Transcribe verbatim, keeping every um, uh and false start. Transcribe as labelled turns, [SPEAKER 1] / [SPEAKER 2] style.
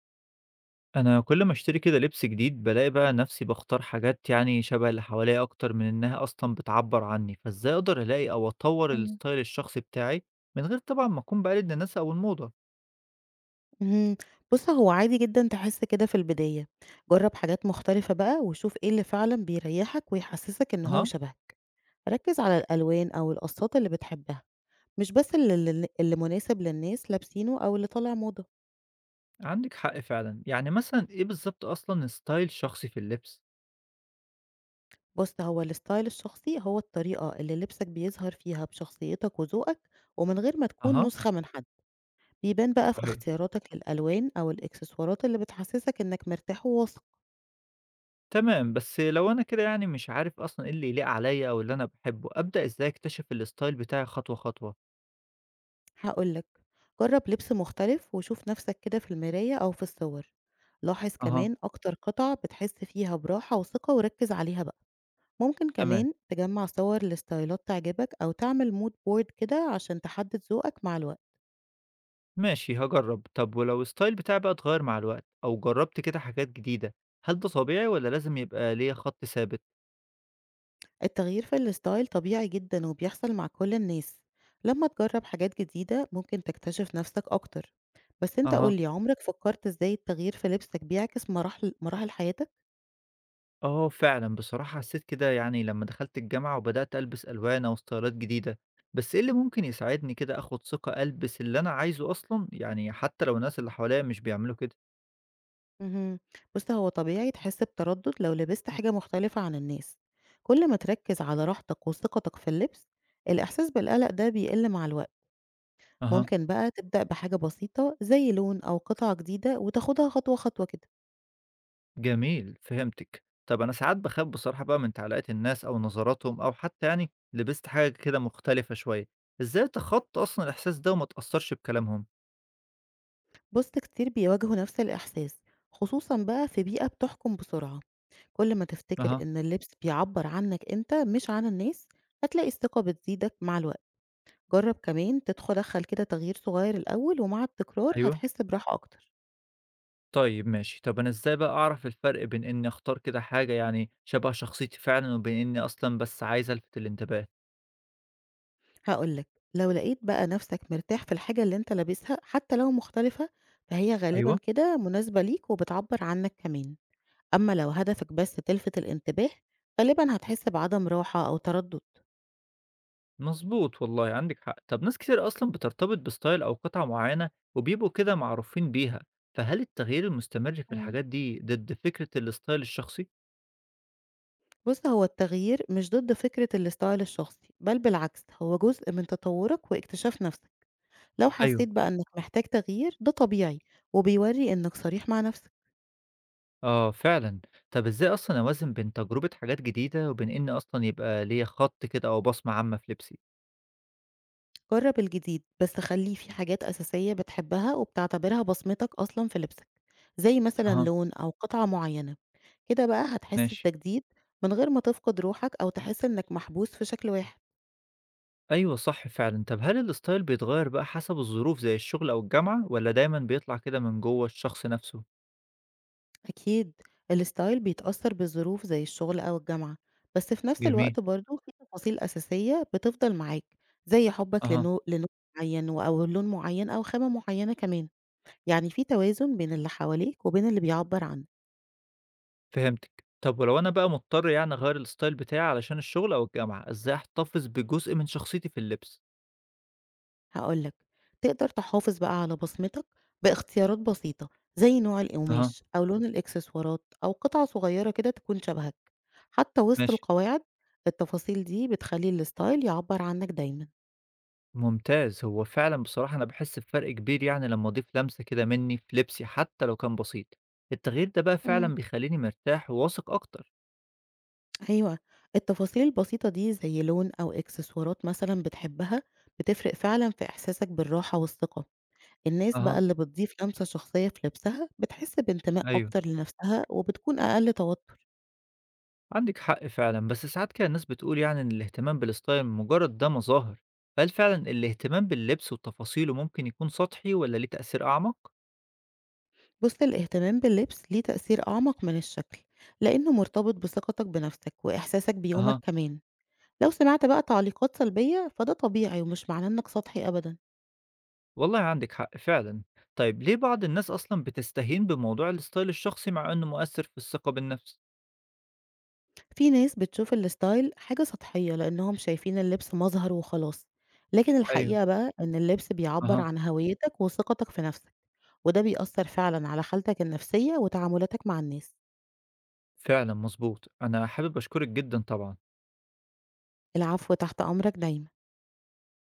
[SPEAKER 1] أنا كل ما أشتري كده لبس جديد بالاقي بقى نفسي باختار حاجات يعني شبه اللي حواليا أكتر من إنها أصلا بتعبر عني، فإزاي أقدر ألاقي أو أطور
[SPEAKER 2] إمم.
[SPEAKER 1] الستايل الشخصي بتاعي من غير طبعا ما أكون بقلد الناس أو الموضة؟
[SPEAKER 2] اهم. بُص، هو عادي جدًا تحس كده في البداية، جرّب حاجات مختلفة بقى وشوف إيه اللي فعلًا بيريحك ويحسسك إن هو
[SPEAKER 1] أها.
[SPEAKER 2] شبهك، ركّز على الألوان أو القصات اللي بتحبها، مش بس ال ال اللي مناسب للناس لابسينه أو اللي طالع موضة.
[SPEAKER 1] عندك حق فعلا، يعني مثلا ايه بالظبط اصلا ستايل شخصي في اللبس؟
[SPEAKER 2] بُص، هو الستايل الشخصي هو الطريقة اللي لبسك بيظهر فيها بشخصيتك وذوقك، ومن غير ما تكون
[SPEAKER 1] أها.
[SPEAKER 2] نسخة من حد، بيبان بقى في
[SPEAKER 1] صحيح.
[SPEAKER 2] اختياراتك للألوان أو الإكسسوارات اللي بتحسسك إنك مرتاح وواثق.
[SPEAKER 1] تمام، بس لو انا كده يعني مش عارف اصلا ايه اللي يليق عليا او اللي انا بحبه، ابدا ازاي اكتشف الستايل بتاعي خطوه خطوه؟
[SPEAKER 2] هاقول لك، جرب لبس مختلف وشوف نفسك كده في المراية أو في الصور. لاحظ
[SPEAKER 1] أها.
[SPEAKER 2] كمان أكتر قطع بتحس فيها براحة وثقة وركز عليها بقى. ممكن
[SPEAKER 1] تمام.
[SPEAKER 2] كمان تجمع صور لستايلات تعجبك أو تعمل مود بورد كده عشان تحدد ذوقك مع الوقت.
[SPEAKER 1] ماشي، هجرب. طب ولو الستايل بتاعي بقى اتغير مع الوقت او جربت كده حاجات جديدة، هل ده طبيعي ولا لازم يبقى ليا خط ثابت؟
[SPEAKER 2] التغيير في الستايل طبيعي جدا وبيحصل مع كل الناس. لما تجرب حاجات جديدة ممكن تكتشف نفسك أكتر. بس انت
[SPEAKER 1] اها.
[SPEAKER 2] قولي، عمرك فكرت ازاي التغيير في لبسك بيعكس مراحل مراحل حياتك؟
[SPEAKER 1] اه فعلا، بصراحة حسيت كده يعني لما دخلت الجامعة وبدأت ألبس ألوان أو ستايلات جديدة. بس ايه اللي ممكن يساعدني كده اخد ثقة ألبس اللي انا عايزه اصلا، يعني حتى لو الناس اللي حواليا مش بيعملوا كده؟
[SPEAKER 2] اهم. بُص، هو طبيعي تحس بتردد لو لبست حاجة مختلفة عن الناس، كل ما تركز على راحتك وثقتك في اللبس، الإحساس بالقلق ده بيقل مع الوقت، ممكن بقى تبدأ بحاجة بسيطة زي لون أو قطعة جديدة وتاخدها خطوة خطوة كده.
[SPEAKER 1] جميل، فهمتِك. طَب أنا ساعات باخاف بصراحة بقى من تعليقات الناس أو نظراتهم أو حتى يعني لبست حاجة كده مختلفة شوية، إزاي أتخطى أصلًا الإحساس ده وما أتأثّرش بكلامهم؟
[SPEAKER 2] بُص، كتير بيواجهوا نفس الإحساس، خصوصًا بقى في بيئة بتحكم بسرعة، كل ما تفتكر
[SPEAKER 1] أها.
[SPEAKER 2] إن اللبس بيعبر عنك أنت مش عن الناس، هتلاقي الثقة بتزيدك مع الوقت. جرب كمان تدخ دخل كده تغيير صغير الأول، ومع التكرار
[SPEAKER 1] أيوه.
[SPEAKER 2] هتحس براحة أكتر.
[SPEAKER 1] طيب ماشي. طَب أنا إزاي بقى أعرف الفرق بين إني أختار كده حاجة يعني شبه شخصيتي فعلًا، وبين إني أصلًا بس عايز ألفت الانتباه؟
[SPEAKER 2] هاقول لك، لو لقيت بقى نفسك مرتاح في الحاجة اللي أنت لابسها حتى لو مختلفة، فهي غالبًا
[SPEAKER 1] أيوه.
[SPEAKER 2] كده مناسبة ليك وبتعبّر عنك كمان. أمّا لو هدفك بس تلفت الانتباه، غالبًا هتحس بعدم راحة أو تردُّد.
[SPEAKER 1] مضبوط والله، عندِك حق. طَب ناس كتير أصلًا بترتبط بstyle أو قطعة معيّنة وبيبقوا كده معروفين بيها، فهل التغيير المستمر في
[SPEAKER 2] إمم.
[SPEAKER 1] الحاجات دي ضد فكرة الstyle الشخصي؟
[SPEAKER 2] بُص، هو التغيير مش ضد فكرة الستايل الشخصي، بل بالعكس هو جزء من تطوّرك واكتشاف نفسك. لو
[SPEAKER 1] أيوه.
[SPEAKER 2] حسيت بقى إنك محتاج تغيير، ده طبيعي وبيورّي إنك صريح مع نفسك.
[SPEAKER 1] آه فعلًا. طب إزاي أصلًا أوازن بين تجربة حاجات جديدة وبين إن أصلًا يبقى ليّا خَط كده أو بصمة عامة في لبسي؟
[SPEAKER 2] جرّب الجديد، بس خلّيه في حاجات أساسية بتحبها وبتعتبرها بصمتك أصلًا في لبسك. زي مثلًا
[SPEAKER 1] أها.
[SPEAKER 2] لون أو قطعة معيّنة، كده بقى هتحس
[SPEAKER 1] ماشي.
[SPEAKER 2] بتجديد من غير ما تفقد روحك أو تحس إنك محبوس في شكل واحد.
[SPEAKER 1] أيوه صح فعلًا. طب هل الstyle بيتغيّر بقى حسب الظروف زي الشغل أو الجامعة، والّا دايمًا بيطلع كده من جوّه الشخص نَفْسه؟
[SPEAKER 2] أكيد الستايل بيتأثر بالظروف زي الشغل أو الجامعة، بس في نفس
[SPEAKER 1] جميل.
[SPEAKER 2] الوقت برضه في تفاصيل أساسية بتفضل معاك، زي حبك
[SPEAKER 1] أها.
[SPEAKER 2] لنو للون معيّن و أو لون معيّن أو خامة معيّنة كمان، يعني في توازن بين اللي حواليك وبين اللي بيعبّر عنك.
[SPEAKER 1] فهمتِك. طب ولو أنا بقى مضطر يعني أغيّر الstyle بتاعي علشان الشغل أو الجامعة، إزاي أحتفظ بجزء من شخصيتي في اللبس؟
[SPEAKER 2] هاقول لك، تقدر تحافظ بقى على بصمتك باختيارات بسيطة، زي نوع
[SPEAKER 1] أها.
[SPEAKER 2] القماش أو لون الإكسسوارات أو قطعة صغيرة كده تكون شبهك، حتى وسط
[SPEAKER 1] ماشي.
[SPEAKER 2] القواعد. التفاصيل دي بتخلّي الستايل يعبّر عنك دايمًا.
[SPEAKER 1] ممتاز، هو فعلًا بصراحة أنا باحس بفرق كبير، يعني لمّا أضيف لمسة كده منّي في لبسي حتى لو كان بسيط، التغيير ده بقى
[SPEAKER 2] إمم.
[SPEAKER 1] فعلًا بيخلّيني مرتاح وواثق أكتر.
[SPEAKER 2] أيوه، التفاصيل البسيطة دي زي لون أو إكسسوارات مثلًا بتحبها، بتفرق فعلًا في إحساسك بالراحة والثقة. الناس بقى
[SPEAKER 1] أها.
[SPEAKER 2] اللي بتضيف لمسة شخصية في لبسها، بتحس بانتماء
[SPEAKER 1] أيوه.
[SPEAKER 2] أكتر لنفسها وبتكون أقل توتر.
[SPEAKER 1] عندِك حق فعلًا، بس ساعات كده الناس بتقول يعني إن الاهتمام بالستايل مجرد ده مظاهر، فهل فعلًا الاهتمام باللبس وتفاصيله ممكن يكون سطحي والّا ليه تأثير أعمق؟
[SPEAKER 2] بُص، الاهتمام باللبس ليه تأثير أعمق من الشكل، لإنه مرتبط بثقتك بنفسك وإحساسك بيومك
[SPEAKER 1] أها.
[SPEAKER 2] كمان. لو سمعت بقى تعليقات سلبية فده طبيعي ومش معناه إنك سطحي أبدًا.
[SPEAKER 1] والله عندِك حق فعلًا. طيب ليه بعض الناس أصلًا بتستهين بموضوع الستايل الشخصي مع إنه مؤثر في الثقة بالنفس؟
[SPEAKER 2] في ناس بتشوف الستايل حاجة سطحية لإنهم شايفين اللبس مظهر وخلاص، لكن
[SPEAKER 1] أيوه.
[SPEAKER 2] الحقيقة بقى إن اللبس بيعبر
[SPEAKER 1] أها.
[SPEAKER 2] عن هويتك وثقتك في نفسك، وده بيأثر فعلًا على حالتك النفسية وتعاملاتك مع الناس.
[SPEAKER 1] فعلًا مضبوط. أنا حابب أشكرِك جدًا طبعًا.
[SPEAKER 2] العفو، تحت أمرك دايمًا.